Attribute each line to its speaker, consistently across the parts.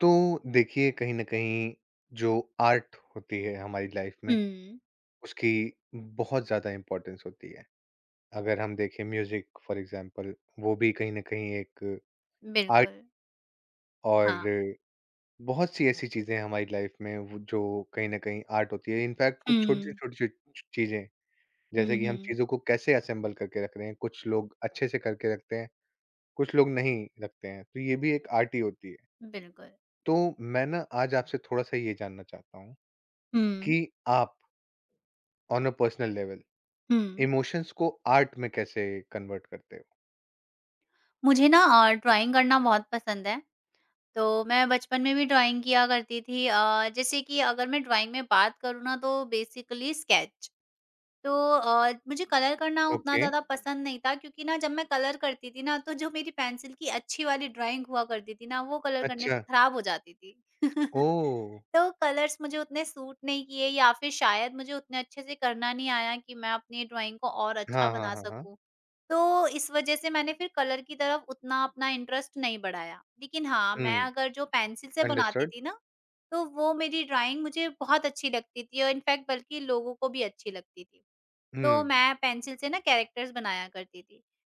Speaker 1: तो देखिए कहीं ना कहीं जो आर्ट होती है हमारी लाइफ में
Speaker 2: हुँ,
Speaker 1: उसकी बहुत ज़्यादा इम्पोर्टेंस होती है। अगर हम देखें म्यूजिक फॉर एग्जांपल, वो भी कहीं ना कहीं एक आर्ट
Speaker 2: बिल्कुल। हाँ।
Speaker 1: और बहुत सी ऐसी चीज़ें हैं हमारी लाइफ में जो कहीं ना कहीं आर्ट होती है। इनफैक्ट कुछ छोटी
Speaker 2: हुँ,
Speaker 1: छोटी चीज़ें जैसे
Speaker 2: हुँ,
Speaker 1: कि हम
Speaker 2: हुँ।
Speaker 1: चीज़ों को कैसे असेंबल करके रख रहे हैं। कुछ लोग अच्छे से करके रखते हैं, कुछ लोग नहीं रखते हैं, तो ये भी एक आर्ट ही होती है।
Speaker 2: बिल्कुल,
Speaker 1: तो मैं ना आज आपसे थोड़ा सा ये जानना चाहता हूँ
Speaker 2: हुँ,
Speaker 1: कि आप ऑन अ पर्सनल लेवल,
Speaker 2: हुँ।
Speaker 1: इमोशंस को आर्ट में कैसे कन्वर्ट करते हो?
Speaker 2: मुझे ना ड्राइंग करना बहुत पसंद है, तो मैं बचपन में भी ड्राइंग किया करती थी जैसे कि अगर मैं ड्राइंग में बात करूँ ना तो बेसिकली स्केच। तो मुझे कलर करना उतना
Speaker 1: ओके,
Speaker 2: ज़्यादा पसंद नहीं था, क्योंकि ना जब मैं कलर करती थी ना तो जो मेरी पेंसिल की अच्छी वाली ड्राइंग हुआ करती थी ना वो कलर करने से
Speaker 1: अच्छा,
Speaker 2: खराब हो जाती थी।
Speaker 1: ओह!
Speaker 2: तो कलर्स मुझे उतने सूट नहीं किए, या फिर शायद मुझे उतने अच्छे से करना नहीं आया कि मैं अपनी ड्राइंग को और अच्छा
Speaker 1: हाँ, हाँ,
Speaker 2: बना
Speaker 1: हाँ, हाँ।
Speaker 2: सकूं। तो इस वजह से मैंने फिर कलर की तरफ उतना अपना इंटरेस्ट नहीं बढ़ाया, लेकिन हाँ, मैं
Speaker 1: हुँ,
Speaker 2: अगर जो पेंसिल से बनाती
Speaker 1: अंडरस्टूड।
Speaker 2: थी ना तो वो मेरी ड्राइंग मुझे बहुत अच्छी लगती थी, और इनफैक्ट बल्कि लोगों को भी अच्छी लगती थी। तो
Speaker 1: हुँ,
Speaker 2: मैं पेंसिल से ना कैरेक्टर्स बनाया करती थी।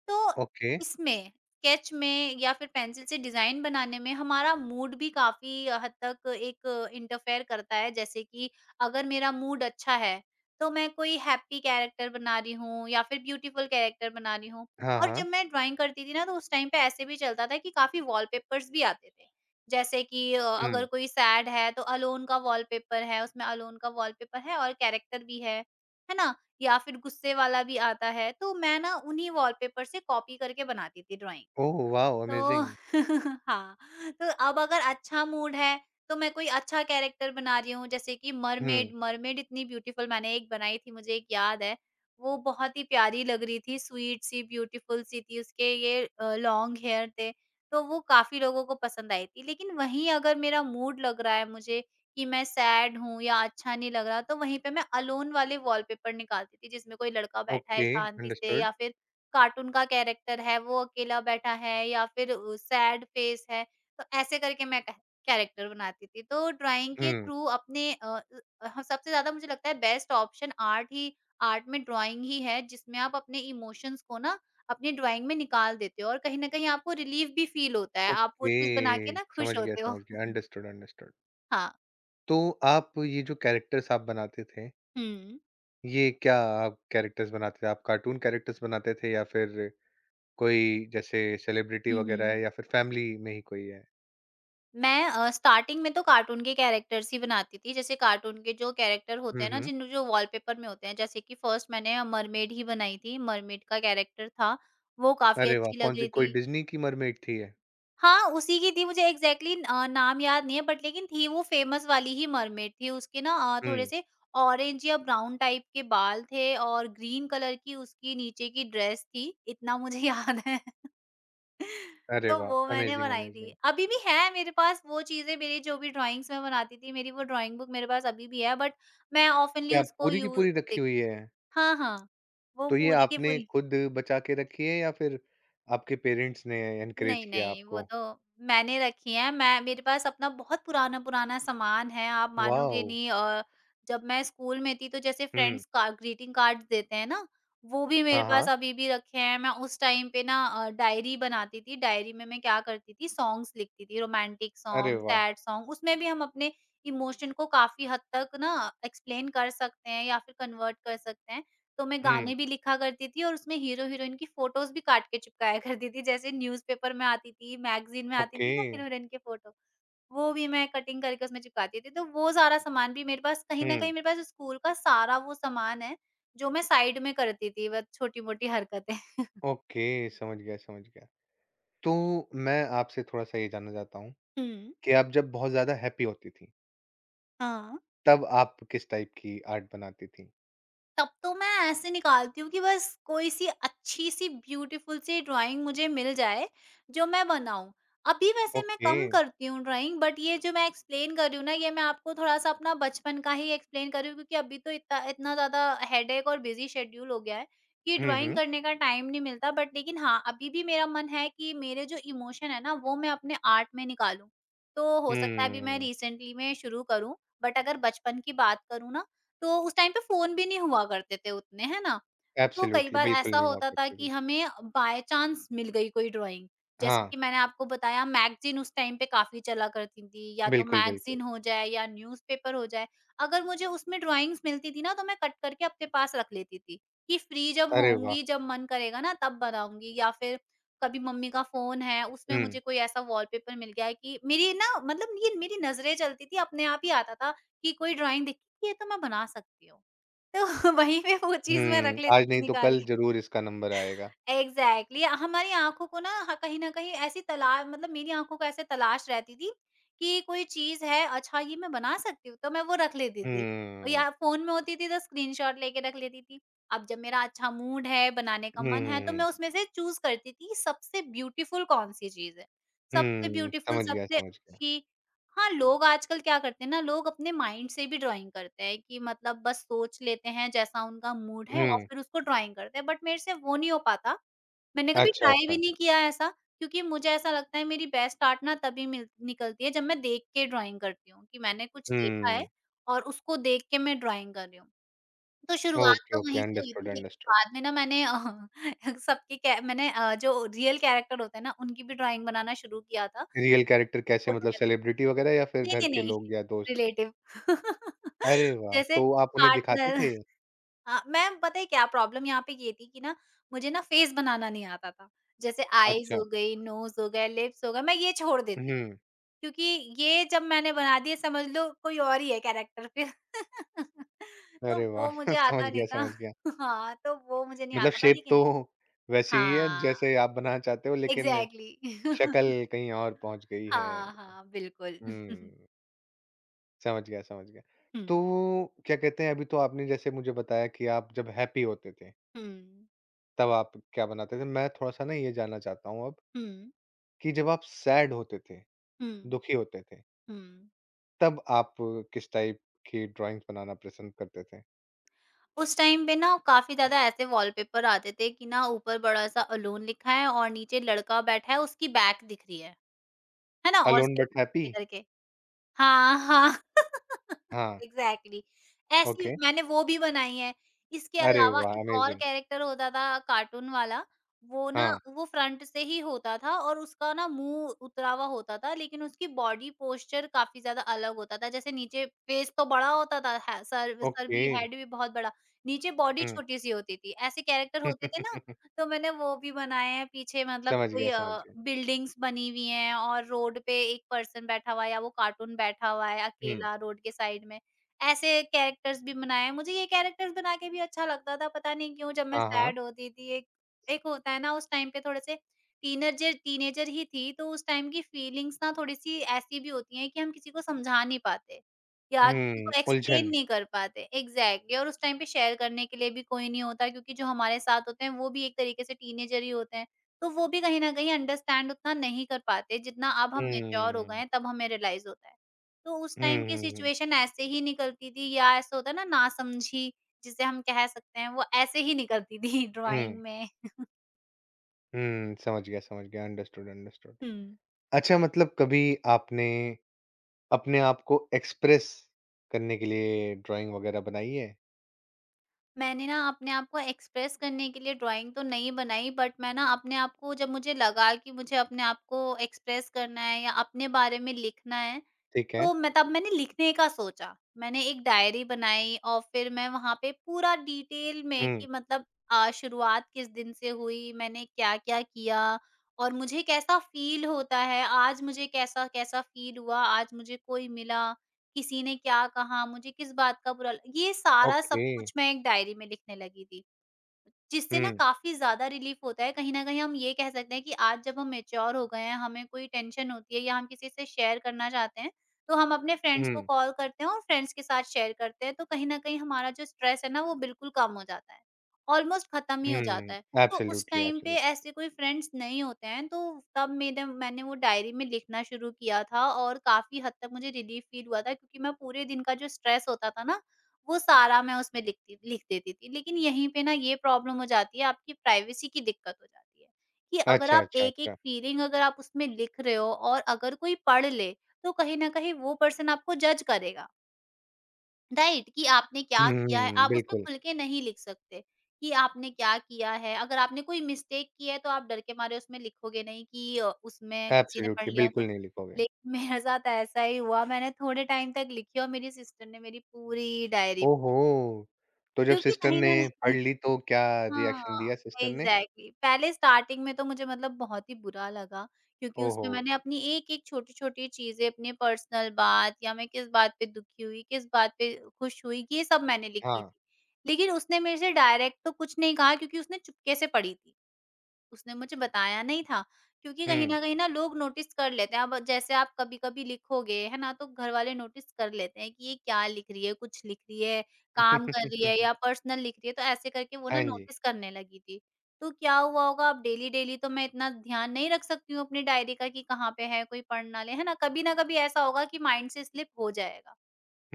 Speaker 2: तो
Speaker 1: ओके,
Speaker 2: इसमें स्केच में या फिर पेंसिल से डिज़ाइन बनाने में हमारा मूड भी काफ़ी हद तक एक इंटरफेयर करता है। जैसे कि अगर मेरा मूड अच्छा है, तो मैं कोई हैप्पी कैरेक्टर बना रही हूँ या फिर ब्यूटीफुल कैरेक्टर बना रही हूँ।
Speaker 1: हाँ,
Speaker 2: और
Speaker 1: हाँ,
Speaker 2: जब मैं ड्राइंग करती थी ना तो उस टाइम पे ऐसे भी चलता था कि काफ़ी वॉलपेपर्स भी आते थे। जैसे कि अगर
Speaker 1: हुँ।
Speaker 2: कोई सैड है तो अलोन का वॉलपेपर है, उसमें अलोन का वॉलपेपर है और कैरेक्टर भी है। है ना? या फिर गुस्से वाला भी आता है, तो मैं ना उन्हीं वॉलपेपर से कॉपी करके बनाती थी ड्राइंग।
Speaker 1: Oh wow!
Speaker 2: तो
Speaker 1: अमेजिंग।
Speaker 2: हाँ, तो अब अगर अच्छा मूड है, तो मैं कोई अच्छा कैरेक्टर बना रही हूँ, जैसे कि
Speaker 1: हुँ,
Speaker 2: मरमेड। मरमेड इतनी ब्यूटीफुल मैंने एक बनाई थी, मुझे एक याद है, वो बहुत ही प्यारी लग रही थी, स्वीट सी, ब्यूटीफुल सी थी, उसके ये लॉन्ग हेयर थे, तो वो काफ़ी लोगों को पसंद आई थी। लेकिन वहीं अगर मेरा मूड लग रहा है मुझे कि मैं सैड हूँ या अच्छा नहीं लग रहा, तो वहीं पे मैं अलोन वाले वॉलपेपर निकालती थी, जिसमें कोई लड़का बैठा है
Speaker 1: ओके,
Speaker 2: शांति से,
Speaker 1: अंडरस्टूड।
Speaker 2: या फिर कार्टून का कैरेक्टर है, वो अकेला बैठा है, या फिर सैड फेस है, तो ऐसे करके मैं क कैरेक्टर बनाती थी। तो ड्राइंग के
Speaker 1: हुँ,
Speaker 2: थ्रू अपने अ अ, ह सबसे ज़्यादा मुझे लगता है बेस्ट ऑप्शन आर्ट में ड्राइंग ही है, जिसमें आप अपने इमोशंस को ना अपनी ड्राइंग में निकाल देते हो, और कहीं न कहीं आपको रिलीफ भी फील होता है। आप वो
Speaker 1: ओके,
Speaker 2: चीज़ बना के ना खुश होते हो।
Speaker 1: समझ गया, अंडरस्टूड, अंडरस्टूड।
Speaker 2: हाँ।
Speaker 1: तो आप ये जो कैरेक्टर्स आप बनाते थे,
Speaker 2: हुँ।
Speaker 1: ये क्या आप कैरेक्टर्स बनाते थे? आप कार्टून कैरेक्टर्स बनाते थे या फिर कोई जैसे सेलिब्रिटी
Speaker 2: हुँ,
Speaker 1: वगैरह
Speaker 2: हुँ।
Speaker 1: है या फिर फैमिली में ही कोई है?
Speaker 2: मैं स्टार्टिंग में तो कार्टून के कैरेक्टर्स ही बनाती थी। जैसे कार्टून के जो कैरेक्टर होते
Speaker 1: हुँ,
Speaker 2: हैं ना
Speaker 1: हुँ।
Speaker 2: जिन जो वॉलपेपर में होते हैं, जैसे कि फर्स्ट मैंने मरमेड ही बनाई थी। मरमेड का कैरेक्टर था, वो काफ़ी
Speaker 1: अरे वाह!
Speaker 2: अच्छी
Speaker 1: कौन
Speaker 2: लग
Speaker 1: सी
Speaker 2: रही
Speaker 1: कोई
Speaker 2: थी।
Speaker 1: डिज़्नी की मरमेड थी ये?
Speaker 2: हाँ, उसी की थी। मुझे एग्ज़ैक्टली नाम याद नहीं है, बट लेकिन थी वो फ़ेमस वाली ही मरमेड थी। उसके ना
Speaker 1: हुँ,
Speaker 2: थोड़े-से ऑरेंज या ब्राउन टाइप के बाल थे, और ग्रीन कलर की उसकी नीचे की ड्रेस थी, इतना मुझे याद है।
Speaker 1: अरे
Speaker 2: तो
Speaker 1: वाह!
Speaker 2: वो मैंने
Speaker 1: अमेज़िंग,
Speaker 2: बनाई थी।
Speaker 1: अमेज़िंग।
Speaker 2: अभी भी है मेरे पास वो चीज़ें, मेरी जो भी ड्राइंग्स मैं बनाती थी, मेरी वो ड्राइंग बुक मेरे पास अभी भी है, बट मैं ऑफनली
Speaker 1: क्या
Speaker 2: उसको
Speaker 1: पूरी की
Speaker 2: यूज़
Speaker 1: पूरी रखी
Speaker 2: देख
Speaker 1: हुई है?
Speaker 2: हाँ, हाँ। वो
Speaker 1: तो ये
Speaker 2: पूरी की
Speaker 1: आपने
Speaker 2: पूरी।
Speaker 1: खुद बचा के रखी है या फिर आपके पेरेंट्स ने एनकरेज
Speaker 2: नहीं,
Speaker 1: किया
Speaker 2: नहीं, वो
Speaker 1: आपको?
Speaker 2: तो मैंने रखी हैं। मैं मेरे पास अपना बहुत पुराना-पुराना सामान है, आप मानोगे
Speaker 1: वॉव!
Speaker 2: नहीं। जब मैं स्कूल में थी तो जैसे
Speaker 1: हुँ,
Speaker 2: फ्रेंड्स का ग्रीटिंग कार्ड्स देते हैं ना, वो भी
Speaker 1: हाँ,
Speaker 2: मेरे
Speaker 1: हाँ।
Speaker 2: पास अभी भी रखे हैं। मैं उस टाइम पे ना डायरी बनाती थी, डायरी में मैं क्या करती थी, सॉन्ग्स लिखती थी, रोमांटिक
Speaker 1: अरे
Speaker 2: सॉन्ग,
Speaker 1: वाह!
Speaker 2: Sad song. उसमें भी हम अपने इमोशन को काफ़ी हद तक ना एक्सप्लेन कर सकते हैं, या फिर कन्वर्ट कर सकते हैं। तो मैं
Speaker 1: हुँ,
Speaker 2: गाने भी लिखा करती थी, और उसमें हीरो-हीरोइन की फ़ोटोज़ भी काट के चिपकाया करती थी। जैसे न्यूज़पेपर में आती थी, मैगज़ीन में आती
Speaker 1: ओके।
Speaker 2: थी ना हीरो-हीरोइन की फ़ोटो, वो भी मैं कटिंग करके उसमें चिपकाती थी। तो वो सारा सामान भी मेरे पास कहीं न
Speaker 1: हुँ,
Speaker 2: कहीं, मेरे पास स्कूल का सारा वो सामान है, जो मैं साइड में करती थी, बस छोटी-मोटी हरकतें।
Speaker 1: ओके, समझ गया, समझ गया। तो मैं आपसे थोड़ा-सा ये जानना चाहता हूँ
Speaker 2: हुँ।
Speaker 1: कि आप जब बहुत ज़्यादा हैप्पी होती थीं,
Speaker 2: हाँ।
Speaker 1: तब आप किस टाइप की आर्ट बनाती थीं?
Speaker 2: तब तो मैं ऐसे निकालती हूँ कि बस कोई सी अच्छी-सी ब्यूटीफुल सी ड्राइंग मुझे मिल जाए, जो मैं बनाऊँ। अभी वैसे मैं
Speaker 1: ओके।
Speaker 2: कम करती हूँ ड्राइंग, बट ये जो मैं एक्सप्लेन कर रही हूँ ना, ये मैं आपको थोड़ा-सा अपना बचपन का ही एक्सप्लेन कर रही हूँ, क्योंकि अभी तो इतना इतना ज़्यादा हेडेक और बिज़ी शेड्यूल हो गया है, कि
Speaker 1: हुँ,
Speaker 2: ड्राइंग
Speaker 1: हुँ।
Speaker 2: करने का टाइम नहीं मिलता। बट लेकिन हाँ, अभी भी मेरा मन है कि मेरे जो इमोशन है ना, वो मैं अपने आर्ट में निकालूँ। तो हो सकता है अभी मैं
Speaker 1: हुँ।
Speaker 2: रिसेंटली में शुरू करूँ, बट अगर बचपन की बात करूँ ना तो उस टाइम पे फ़ोन भी नहीं हुआ करते थे उतने, है ना? तो कई
Speaker 1: एब्सोल्युटली,
Speaker 2: बार
Speaker 1: बिल्कुल
Speaker 2: ऐसा
Speaker 1: नहीं हुआ
Speaker 2: होता था
Speaker 1: करती थी।
Speaker 2: कि हमें बाय चांस मिल गई कोई ड्राइंग। जैसे
Speaker 1: हाँ,
Speaker 2: कि मैंने आपको बताया, मैगज़ीन उस टाइम पे काफ़ी चला करती थी, या तो
Speaker 1: बिल्कुल, बिल्कुल।
Speaker 2: मैगज़ीन हो जाए या न्यूज़पेपर हो जाए। अगर मुझे उसमें ड्राइंग्स मिलती थी ना तो मैं कट करके अपने पास रख लेती थी, कि फ्री जब
Speaker 1: अरे वाह!
Speaker 2: होंगी, जब मन करेगा ना तब बनाऊँगी, या फिर कभी मम्मी का फ़ोन है, उसमें
Speaker 1: हुँ,
Speaker 2: मुझे कोई ऐसा वॉलपेपर मिल गया है, कि मेरी ना मतलब ये मेरी नज़रें चलती थी, अपने आप ही आता था कि कोई ड्राइंग दिखी, ये तो मैं बना सकती हूँ। तो वहीं पे वो चीज़ मैं रख
Speaker 1: हुँ, आज
Speaker 2: लेती थी
Speaker 1: नहीं तो
Speaker 2: निकाल
Speaker 1: कल ज़रूर इसका नंबर आएगा।
Speaker 2: एग्ज़ैक्टली, हमारी आँखों को ना ह कहीं न कहीं ऐसी तला मतलब मेरी आँखों को ऐसे तलाश रहती थी कि कोई चीज़ है, अच्छा ये मैं बना सकती हूँ, तो मैं वो रख लेती थी। और
Speaker 1: हुँ,
Speaker 2: या फ़ोन में होती थी तो स्क्रीनशॉट लेके रख लेती थी। अब जब मेरा अच्छा मूड है, बनाने का मन है,
Speaker 1: हुँ,
Speaker 2: तो मैं
Speaker 1: हुँ,
Speaker 2: उसमें से चूज़ करती थी कि सबसे ब्यूटीफुल कौन-सी चीज़ है।
Speaker 1: हुँ,
Speaker 2: सबसे
Speaker 1: हुँ,
Speaker 2: ब्यूटीफुल,
Speaker 1: समझ गया,
Speaker 2: सबसे
Speaker 1: समझ गया।
Speaker 2: अच्छी। हाँ, लोग आजकल क्या करते हैं ना, लोग अपने माइंड से भी ड्राइंग करते हैं, कि मतलब बस सोच लेते हैं जैसा उनका मूड है और
Speaker 1: हुँ,
Speaker 2: फिर उसको ड्राइंग करते हैं, बट मेरे से वो नहीं हो पाता। मैंने कभी
Speaker 1: अच्छा,
Speaker 2: ट्राई भी
Speaker 1: अच्छा।
Speaker 2: नहीं किया ऐसा, क्योंकि मुझे ऐसा लगता है मेरी बेस्ट आर्ट ना तभी मिल निकलती है जब मैं देख के ड्राइंग करती हूँ, कि मैंने कुछ देखा
Speaker 1: हुँ,
Speaker 2: है और उसको देख के मैं ड्राइंग कर रही हूँ। तो शुरुआत
Speaker 1: ओके,
Speaker 2: तो
Speaker 1: ओके,
Speaker 2: वहीं से हुई
Speaker 1: अंडरस्टूड,
Speaker 2: थी, लेकिन
Speaker 1: अंडरस्टूड।
Speaker 2: बाद में ना मैंने सबके कै मैंने जो रियल कैरेक्टर होते हैं ना उनकी भी ड्राइंग बनाना शुरू किया था।
Speaker 1: रियल कैरेक्टर कैसे
Speaker 2: फोटो
Speaker 1: मतलब
Speaker 2: में।
Speaker 1: सेलिब्रिटी वगैरह या फिर
Speaker 2: नहीं,
Speaker 1: घर के
Speaker 2: नहीं, नहीं,
Speaker 1: लोग या दोस्त?
Speaker 2: रिलेटिव।
Speaker 1: अरे वाह!
Speaker 2: जैसे
Speaker 1: तो आप उन्हें दिखाते
Speaker 2: पार्टनर।
Speaker 1: थे?
Speaker 2: हाँ, मैम, पता है क्या प्रॉब्लम यहाँ पे ये थी कि ना मुझे ना फेस बनाना नहीं आता था। जैसे आईज़
Speaker 1: अच्छा,
Speaker 2: हो गई, नोज़ हो गया, लिप्स हो गया, मैं ये छोड़ देती थी।
Speaker 1: हुँ,
Speaker 2: क्योंकि ये जब मैंने बना दिए, समझ लो कोई और ही है कैरेक्टर फिर। तो
Speaker 1: अरे
Speaker 2: वो
Speaker 1: वाह!
Speaker 2: मुझे
Speaker 1: समझ
Speaker 2: आता नहीं
Speaker 1: गया,
Speaker 2: था।
Speaker 1: समझ गया।
Speaker 2: हाँ, तो वो मुझे नहीं
Speaker 1: मतलब
Speaker 2: आता था,
Speaker 1: शेप तो
Speaker 2: लेकिन
Speaker 1: वैसी ही है
Speaker 2: हाँ,
Speaker 1: जैसे आप बनाना चाहते हो, लेकिन
Speaker 2: एग्ज़ैक्टली।
Speaker 1: शक्ल कहीं और पहुँच गई है।
Speaker 2: हाँ, हाँ, बिल्कुल।
Speaker 1: हुँ, समझ गया, समझ गया।
Speaker 2: हुँ,
Speaker 1: तो क्या कहते हैं, अभी तो आपने जैसे मुझे बताया कि आप जब हैप्पी होते थे,
Speaker 2: हुँ,
Speaker 1: तब आप क्या बनाते थे? मैं थोड़ा-सा ना ये जानना चाहता हूँ अब
Speaker 2: हुँ,
Speaker 1: कि जब आप सैड होते थे,
Speaker 2: हुँ,
Speaker 1: दुखी होते थे,
Speaker 2: हुँ।
Speaker 1: तब आप किस टाइप की ड्राइंग्स बनाना पसंद करते थे?
Speaker 2: उस टाइम पे ना काफ़ी ज़्यादा ऐसे वॉलपेपर आते थे कि ना ऊपर बड़ा-सा अलोन लिखा है, और नीचे लड़का बैठा है, उसकी बैक दिख रही है। है ना? और
Speaker 1: अलोन बट
Speaker 2: उसके
Speaker 1: हैप्पी?
Speaker 2: करके हाँ, हाँ।
Speaker 1: हाँ,
Speaker 2: एग्ज़ैक्टली,
Speaker 1: ओके।
Speaker 2: ऐसी मैंने वो भी बनाई है। इसके
Speaker 1: अरे
Speaker 2: अलावा
Speaker 1: वाह!
Speaker 2: एक और
Speaker 1: अमेज़िंग।
Speaker 2: कैरेक्टर होता था कार्टून वाला, वो ना
Speaker 1: हाँ,
Speaker 2: वो फ्रंट से ही होता था, और उसका ना मुँह उतरा हुआ होता था, लेकिन उसकी बॉडी पोस्चर काफ़ी ज़्यादा अलग होता था। जैसे नीचे फेस तो बड़ा होता था, है सर सर
Speaker 1: ओके।
Speaker 2: भी हेड भी बहुत बड़ा, नीचे बॉडी
Speaker 1: हुँ।
Speaker 2: छोटी-सी होती थी। ऐसे कैरेक्टर होते थे ना, तो मैंने वो भी बनाए हैं, पीछे मतलब
Speaker 1: समझ
Speaker 2: कोई
Speaker 1: गया, समझ गया।
Speaker 2: बिल्डिंग्स बनी हुई हैं और रोड पे एक पर्सन बैठा हुआ है, या वो कार्टून बैठा हुआ है
Speaker 1: हुँ,
Speaker 2: अकेला रोड के साइड में। ऐसे कैरेक्टर्स भी बनाए हैं। मुझे ये कैरेक्टर्स बना के भी अच्छा लगता था, पता नहीं क्यों, जब मैं
Speaker 1: हाँ, हाँ।
Speaker 2: सैड होती थी, एक एक होता है ना, उस टाइम पे थोड़े-से टीनेजर टीनेजर ही थी, तो उस टाइम की फीलिंग्स ना थोड़ी-सी ऐसी भी होती हैं कि हम किसी को समझा नहीं पाते। या किसी
Speaker 1: हुँ,
Speaker 2: को एक्सप्लेन
Speaker 1: उलझन।
Speaker 2: नहीं कर पाते एग्ज़ैक्टली, और उस टाइम पे शेयर करने के लिए भी कोई नहीं होता, क्योंकि जो हमारे साथ होते हैं वो भी एक तरीके से टीनेजर ही होते हैं। तो वो भी कहीं न कहीं अंडरस्टैंड उतना नहीं कर पाते, जितना अब हम मैच्योर हो गए
Speaker 1: हुँ।
Speaker 2: हैं तब हमें रियलाइज़ होता है। तो उस
Speaker 1: हुँ,
Speaker 2: टाइम की
Speaker 1: हुँ, हुँ।
Speaker 2: सिचुएशन ऐसे ही निकलती थी, या ऐसा होता है ना नासमझी, जिसे हम कह सकते हैं, वो ऐसे ही निकलती थी ड्राइंग
Speaker 1: हुँ,
Speaker 2: में।
Speaker 1: हुँ, समझ गया, समझ गया। Understood, understood.
Speaker 2: हुँ।
Speaker 1: अच्छा मतलब कभी आपने अपने आप को एक्सप्रेस करने के लिए ड्राइंग वग़ैरह बनाई है?
Speaker 2: मैंने ना अपने आप को एक्सप्रेस करने के लिए ड्राइंग तो नहीं बनाई, बट मैं ना अपने आप को जब मुझे लगा कि मुझे अपने आप को एक्सप्रेस करना है या अपने बारे में लिखना है
Speaker 1: ठीक है।
Speaker 2: तो मैंने लिखने का सोचा। मैंने एक डायरी बनाई और फिर मैं वहाँ पे पूरा डिटेल में
Speaker 1: हुँ,
Speaker 2: कि मतलब शुरुआत किस दिन से हुई, मैंने क्या-क्या किया और मुझे कैसा फ़ील होता है, आज मुझे कैसा-कैसा फ़ील हुआ, आज मुझे कोई मिला, किसी ने क्या कहा, मुझे किस बात का बुरा ल ये सारा सब
Speaker 1: ओके।
Speaker 2: कुछ मैं एक डायरी में लिखने लगी थी। जिससे ना
Speaker 1: हुँ,
Speaker 2: काफ़ी ज़्यादा रिलीफ़ होता है। कहीं न कहीं हम ये कह सकते हैं कि आज जब हम मैच्योर हो गए हैं, हमें कोई टेंशन होती है या हम किसी से शेयर करना चाहते हैं, तो हम अपने फ्रेंड्स को
Speaker 1: हुँ,
Speaker 2: कॉल करते हैं और फ्रेंड्स के साथ शेयर करते हैं। तो कहीं न कहीं हमारा जो स्ट्रेस है ना वो बिल्कुल कम हो जाता है, ऑलमोस्ट ख़त्म ही हो
Speaker 1: हुँ।
Speaker 2: जाता है। तो उस
Speaker 1: एब्सोल्युटली,
Speaker 2: टाइम पे
Speaker 1: एब्सोल्युट।
Speaker 2: ऐसे कोई फ्रेंड्स नहीं होते हैं, तो तब मेरे मैंने वो डायरी में लिखना शुरू किया था और काफ़ी हद तक मुझे रिलीफ़ फ़ील हुआ था क्योंकि मैं पूरे दिन का जो स्ट्रेस होता था ना, वो सारा मैं उसमें लिख देती थी। लेकिन यहीं पे ना ये प्रॉब्लम हो जाती है, आपकी प्राइवेसी की दिक्कत हो जाती है, कि
Speaker 1: अच्छा, अच्छा, अच्छा।
Speaker 2: अगर आप उसमें लिख रहे हो और अगर कोई पढ़ ले, तो कहीं न कहीं वो पर्सन आपको जज करेगा, राइट? कि आपने क्या किया है,
Speaker 1: हुँ,
Speaker 2: आप उसमें
Speaker 1: बिल्कुल।
Speaker 2: खुल के नहीं लिख सकते, कि आपने क्या किया है। अगर आपने कोई मिस्टेक की है, तो आप डर के मारे उसमें लिखोगे नहीं कि उसमें किसी ने पढ़
Speaker 1: एब्सोल्युटली,
Speaker 2: लिया
Speaker 1: बिल्कुल
Speaker 2: तो।
Speaker 1: नहीं लिखोगे।
Speaker 2: लेकिन मेरे साथ ऐसा ही हुआ, मैंने थोड़े टाइम तक लिखी और मेरी सिस्टर ने मेरी पूरी डायरी।
Speaker 1: ओहो! तो जब
Speaker 2: क्योंकि
Speaker 1: सिस्टर
Speaker 2: कहीं
Speaker 1: ने
Speaker 2: न
Speaker 1: पढ़
Speaker 2: कहीं।
Speaker 1: ली तो क्या रिएक्शन
Speaker 2: हाँ,
Speaker 1: दिया सिस्टर ने?
Speaker 2: एग्ज़ैक्टली पहले स्टार्टिंग में तो मुझे मतलब बहुत ही बुरा लगा क्योंकि
Speaker 1: ओहो!
Speaker 2: उसमें मैंने अपनी एक-एक छोटी-छोटी चीज़ें, अपने पर्सनल बात या मैं किस बात पे दुखी हुई, किस बात पे खुश हुई, ये सब मैंने लिखी
Speaker 1: हाँ,
Speaker 2: थी। लेकिन उसने मेरे से डायरेक्ट तो कुछ नहीं कहा क्योंकि उसने चुपके से पढ़ी थी। उसने मुझे बताया नहीं था क्योंकि कहीं
Speaker 1: हुँ।
Speaker 2: न कहीं ना लोग नोटिस कर लेते हैं। अब जैसे आप कभी-कभी लिखोगे, है ना? तो घर वाले नोटिस कर लेते हैं कि ये क्या लिख रही है, कुछ लिख रही है, काम कर रही है या पर्सनल लिख रही है, तो ऐसे करके वो ना
Speaker 1: हाँ जी।
Speaker 2: नोटिस करने लगी थी। तो क्या हुआ होगा अब डेली-डेली तो मैं इतना ध्यान नहीं रख सकती हूँ अपनी डायरी का कि कहाँ पे है, कोई पढ़ ना ले, है ना? कभी ना कभी ऐसा होगा कि माइंड से स्लिप हो जाएगा।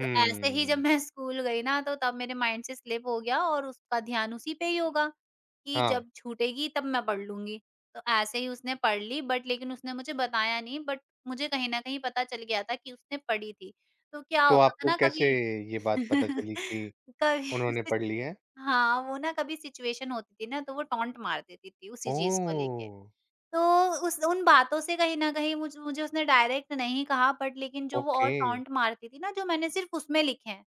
Speaker 2: तो ऐसे ही जब मैं स्कूल गई ना तो तब मेरे माइंड से स्लिप हो गया और उसका ध्यान उसी पे ही होगा कि
Speaker 1: हाँ,
Speaker 2: जब छूटेगी तब मैं पढ़ लूँगी। तो ऐसे ही उसने पढ़ ली बट लेकिन उसने मुझे बताया नहीं बट मुझे कहीं न कहीं पता चल गया था कि उसने पढ़ी थी। तो क्या
Speaker 1: तो
Speaker 2: होता था
Speaker 1: आपको
Speaker 2: ना
Speaker 1: कैसे
Speaker 2: कभी
Speaker 1: ये बात पता चली कि
Speaker 2: कभी
Speaker 1: उन्होंने
Speaker 2: सिच
Speaker 1: पढ़ ली है?
Speaker 2: हाँ, वो ना कभी सिचुएशन होती थी ना तो वो टॉन्ट मार देती थी उसी चीज़ को लेके।
Speaker 1: ओह!
Speaker 2: तो उस उन बातों से कहीं न कहीं मुझे उसने डायरेक्ट नहीं कहा बट लेकिन जो वो
Speaker 1: ओके।
Speaker 2: और टॉन्ट मारती थी ना जो मैंने सिर्फ़ उसमें लिखे हैं।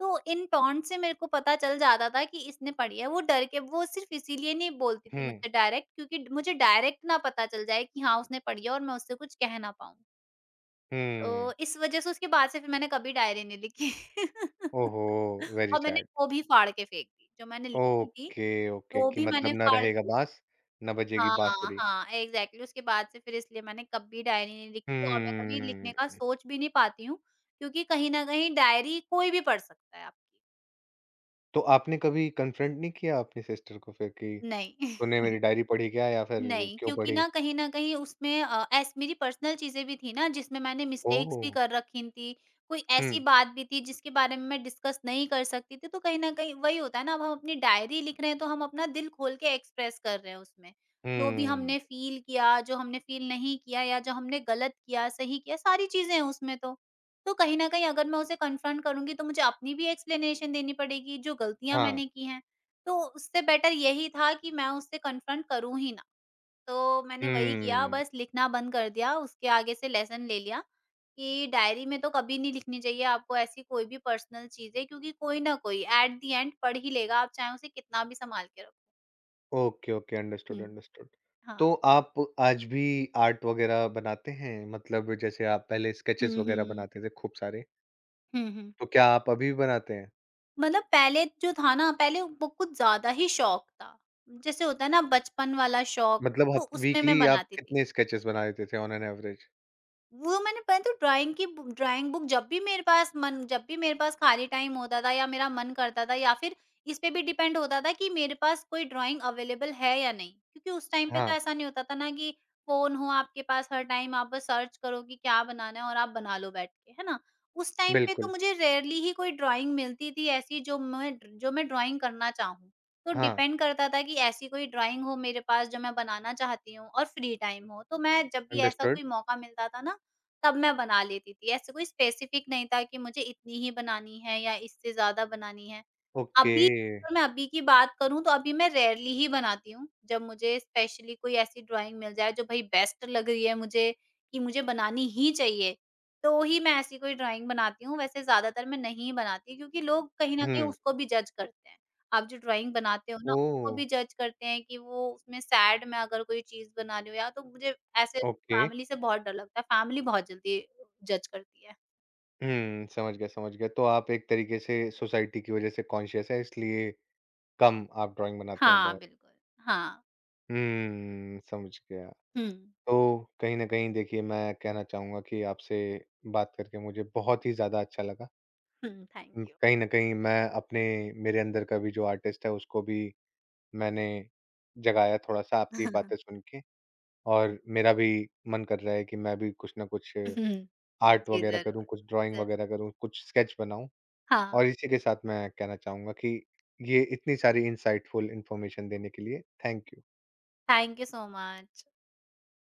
Speaker 2: तो इन टोंट से मेरे को पता चल जाता था कि इसने पढ़ी है। वो डर के वो सिर्फ़ इसीलिए नहीं बोलती थी
Speaker 1: हुँ,
Speaker 2: मुझसे डायरेक्ट क्योंकि मुझे डायरेक्ट ना पता चल जाए कि हाँ, उसने पढ़ी है और मैं उससे कुछ कह ना पाऊँ।
Speaker 1: हुँ।
Speaker 2: तो इस वज़ह से उसके बाद से फिर मैंने कभी डायरी नहीं लिखी।
Speaker 1: ओहो! वेरी
Speaker 2: और मैंने
Speaker 1: सैड।
Speaker 2: वो भी फाड़ के फेंक दी, जो मैंने लिखी थी
Speaker 1: ओके, ओके,
Speaker 2: वो
Speaker 1: कि
Speaker 2: भी मैंने
Speaker 1: मतलब ना
Speaker 2: फाड़
Speaker 1: रहेगा
Speaker 2: दी।
Speaker 1: बाँस, ना बजेगी
Speaker 2: हाँ,
Speaker 1: बाँसुरी।
Speaker 2: हाँ, एग्ज़ैक्टली उसके बाद से फिर इसलिए मैंने कभी डायरी नहीं लिखी और मैं कभी
Speaker 1: हम्म,
Speaker 2: लिखने का सोच भी नहीं पाती हूँ, क्योंकि कहीं न कहीं डायरी कोई भी पढ़ सकता है आपकी।
Speaker 1: तो आपने कभी कन्फ्रंट नहीं किया अपनी सिस्टर को फिर कि
Speaker 2: नहीं।
Speaker 1: तूने मेरी डायरी पढ़ी क्या या फिर
Speaker 2: नहीं,
Speaker 1: क्यों
Speaker 2: क्योंकि
Speaker 1: पढ़ी?
Speaker 2: ना कहीं न कहीं उसमें अ, ऐस मेरी पर्सनल चीज़ें भी थी ना जिसमें मैंने मिस्टेक्स
Speaker 1: ओह!
Speaker 2: भी कर रखी थी। कोई ऐसी
Speaker 1: हुँ,
Speaker 2: बात भी थी जिसके बारे में मैं डिस्कस नहीं कर सकती थी, तो कहीं न कहीं वही होता है ना अब हम अपनी डायरी लिख रहे हैं तो हम अपना दिल खोल के एक्सप्रेस कर रहे हैं उसमें। जो भी
Speaker 1: हुँ।
Speaker 2: हमने फ़ील किया, जो हमने फ़ील नहीं किया या जो हमने गलत किया, सही किया, सारी चीज़ें हैं उसमें तो। तो कहीं न कहीं अगर मैं उसे कन्फ्रंट करूँगी तो मुझे अपनी भी एक्सप्लेनेशन देनी पड़ेगी जो गलतियाँ
Speaker 1: हाँ,
Speaker 2: मैंने की हैं। तो उससे बेटर यही था कि मैं उससे कन्फ्रंट करूँ ही तो मैंने वही किया,
Speaker 1: हुँ।
Speaker 2: बस लिखना बंद कर दिया, उसके आगे से लेसन ले लिया कि डायरी में तो कभी नहीं लिखनी चाहिए आपको ऐसी कोई भी पर्सनल चीज़ें क्योंकि कोई ना कोई एट द एंड पढ़ ही लेगा, आप चाहे उसे कितना भी सँभाल के रखो।
Speaker 1: ओके, ओके, अंडरस्टूड,
Speaker 2: हुँ।
Speaker 1: अंडरस्टूड।
Speaker 2: हाँ।
Speaker 1: तो आप आज भी आर्ट वगैरह बनाते हैं? मतलब जैसे आप पहले
Speaker 2: हुँ,
Speaker 1: स्केचेस वगैरह
Speaker 2: हुँ।
Speaker 1: बनाते थे खूब सारे,
Speaker 2: हुँ, हुँ।
Speaker 1: तो क्या आप अभी भी बनाते हैं?
Speaker 2: मतलब पहले जो था ना, पहले वो कुछ ज़्यादा ही शौक था। जैसे होता है ना बचपन वाला शौक,
Speaker 1: मतलब
Speaker 2: तो
Speaker 1: हफ़्त
Speaker 2: उसमें
Speaker 1: वीकली
Speaker 2: मैं
Speaker 1: आप
Speaker 2: बनाती थी।
Speaker 1: कितने स्केचेस बना लेते थे ऑन एन एवरेज?
Speaker 2: वो मैंने पता है तो ड्राइंग की बु ड्राइंग बुक जब भी मेरे पास मन जब भी मेरे पास खाली टाइम होता था या मेरा मन करता था या फिर इस पे भी डिपेंड होता था कि मेरे पास कोई ड्राइंग अवेलेबल है या नहीं। क्योंकि उस टाइम पे तो
Speaker 1: हाँ,
Speaker 2: ऐसा नहीं होता था ना कि फ़ोन हो आपके पास हर टाइम आप बस सर्च करो कि क्या बनाना है और आप बना लो बैठ के, है ना? उस टाइम पे
Speaker 1: बिल्कुल।
Speaker 2: तो मुझे रेयरली ही कोई ड्राइंग मिलती थी ऐसी जो मैं ड्राइंग करना चाहूँ। तो
Speaker 1: हाँ,
Speaker 2: डिपेंड करता था कि ऐसी कोई ड्राइंग हो मेरे पास जो मैं बनाना चाहती हूँ और फ्री टाइम हो। तो मैं जब भी ऐसा
Speaker 1: अंडरस्टूड।
Speaker 2: कोई मौका मिलता था ना तब मैं बना लेती थी। ऐसे कोई स्पेसिफिक नहीं था कि मुझे इतनी ही बनानी है या इससे ज़्यादा बनानी है।
Speaker 1: ओके।
Speaker 2: अभी अगर मैं अभी की बात करूँ तो अभी मैं रेयरली ही बनाती हूँ। जब मुझे स्पेशली कोई ऐसी ड्राइंग मिल जाए जो भई बेस्ट लग रही है मुझे कि मुझे बनानी ही चाहिए, तो ही मैं ऐसी कोई ड्राइंग बनाती हूँ। वैसे ज़्यादातर मैं नहीं बनाती क्योंकि लोग कहीं न कहीं
Speaker 1: हुँ,
Speaker 2: उसको भी जज करते हैं। आप जो ड्राइंग बनाते हो ना उसको
Speaker 1: ओह!
Speaker 2: भी जज करते हैं कि वो उसमें सैड मैं अगर कोई चीज़ बना रही हूँ या तो मुझे ऐसे
Speaker 1: ओके।
Speaker 2: फैमिली से बहुत डर लगता है, फैमिली बहुत जल्दी जज करती है।
Speaker 1: हुँ, समझ गया, समझ गया। तो आप एक तरीके से सोसाइटी की वज़ह से कॉन्शियस हैं, इसलिए कम आप ड्राइंग बनाते हैं
Speaker 2: हाँ,
Speaker 1: बहुत।
Speaker 2: बिल्कुल। हाँ।
Speaker 1: हुँ, समझ गया।
Speaker 2: हुँ,
Speaker 1: तो कहीं न कहीं देखिए, मैं कहना चाहूँगा कि आपसे बात करके मुझे बहुत ही ज़्यादा अच्छा लगा।
Speaker 2: हुँ, थैंक यू।
Speaker 1: कहीं न कहीं मैं अपने मेरे अंदर का भी जो आर्टिस्ट है उसको भी मैंने जगाया थोड़ा-सा आपकी बातें सुन के और मेरा भी मन कर रहा है कि मैं भी कुछ न कुछ
Speaker 2: हम्म,
Speaker 1: आर्ट
Speaker 2: जी,
Speaker 1: वग़ैरह करूँ,
Speaker 2: ज़रूर,
Speaker 1: कुछ ड्राइंग
Speaker 2: ज़रूर।
Speaker 1: वग़ैरह करूँ, कुछ स्केच बनाऊँ।
Speaker 2: हाँ,
Speaker 1: और इसी के साथ मैं कहना चाहूँगा कि ये इतनी सारी इनसाइटफुल इन्फॉर्मेशन देने के लिए thank you.
Speaker 2: Thank you so much.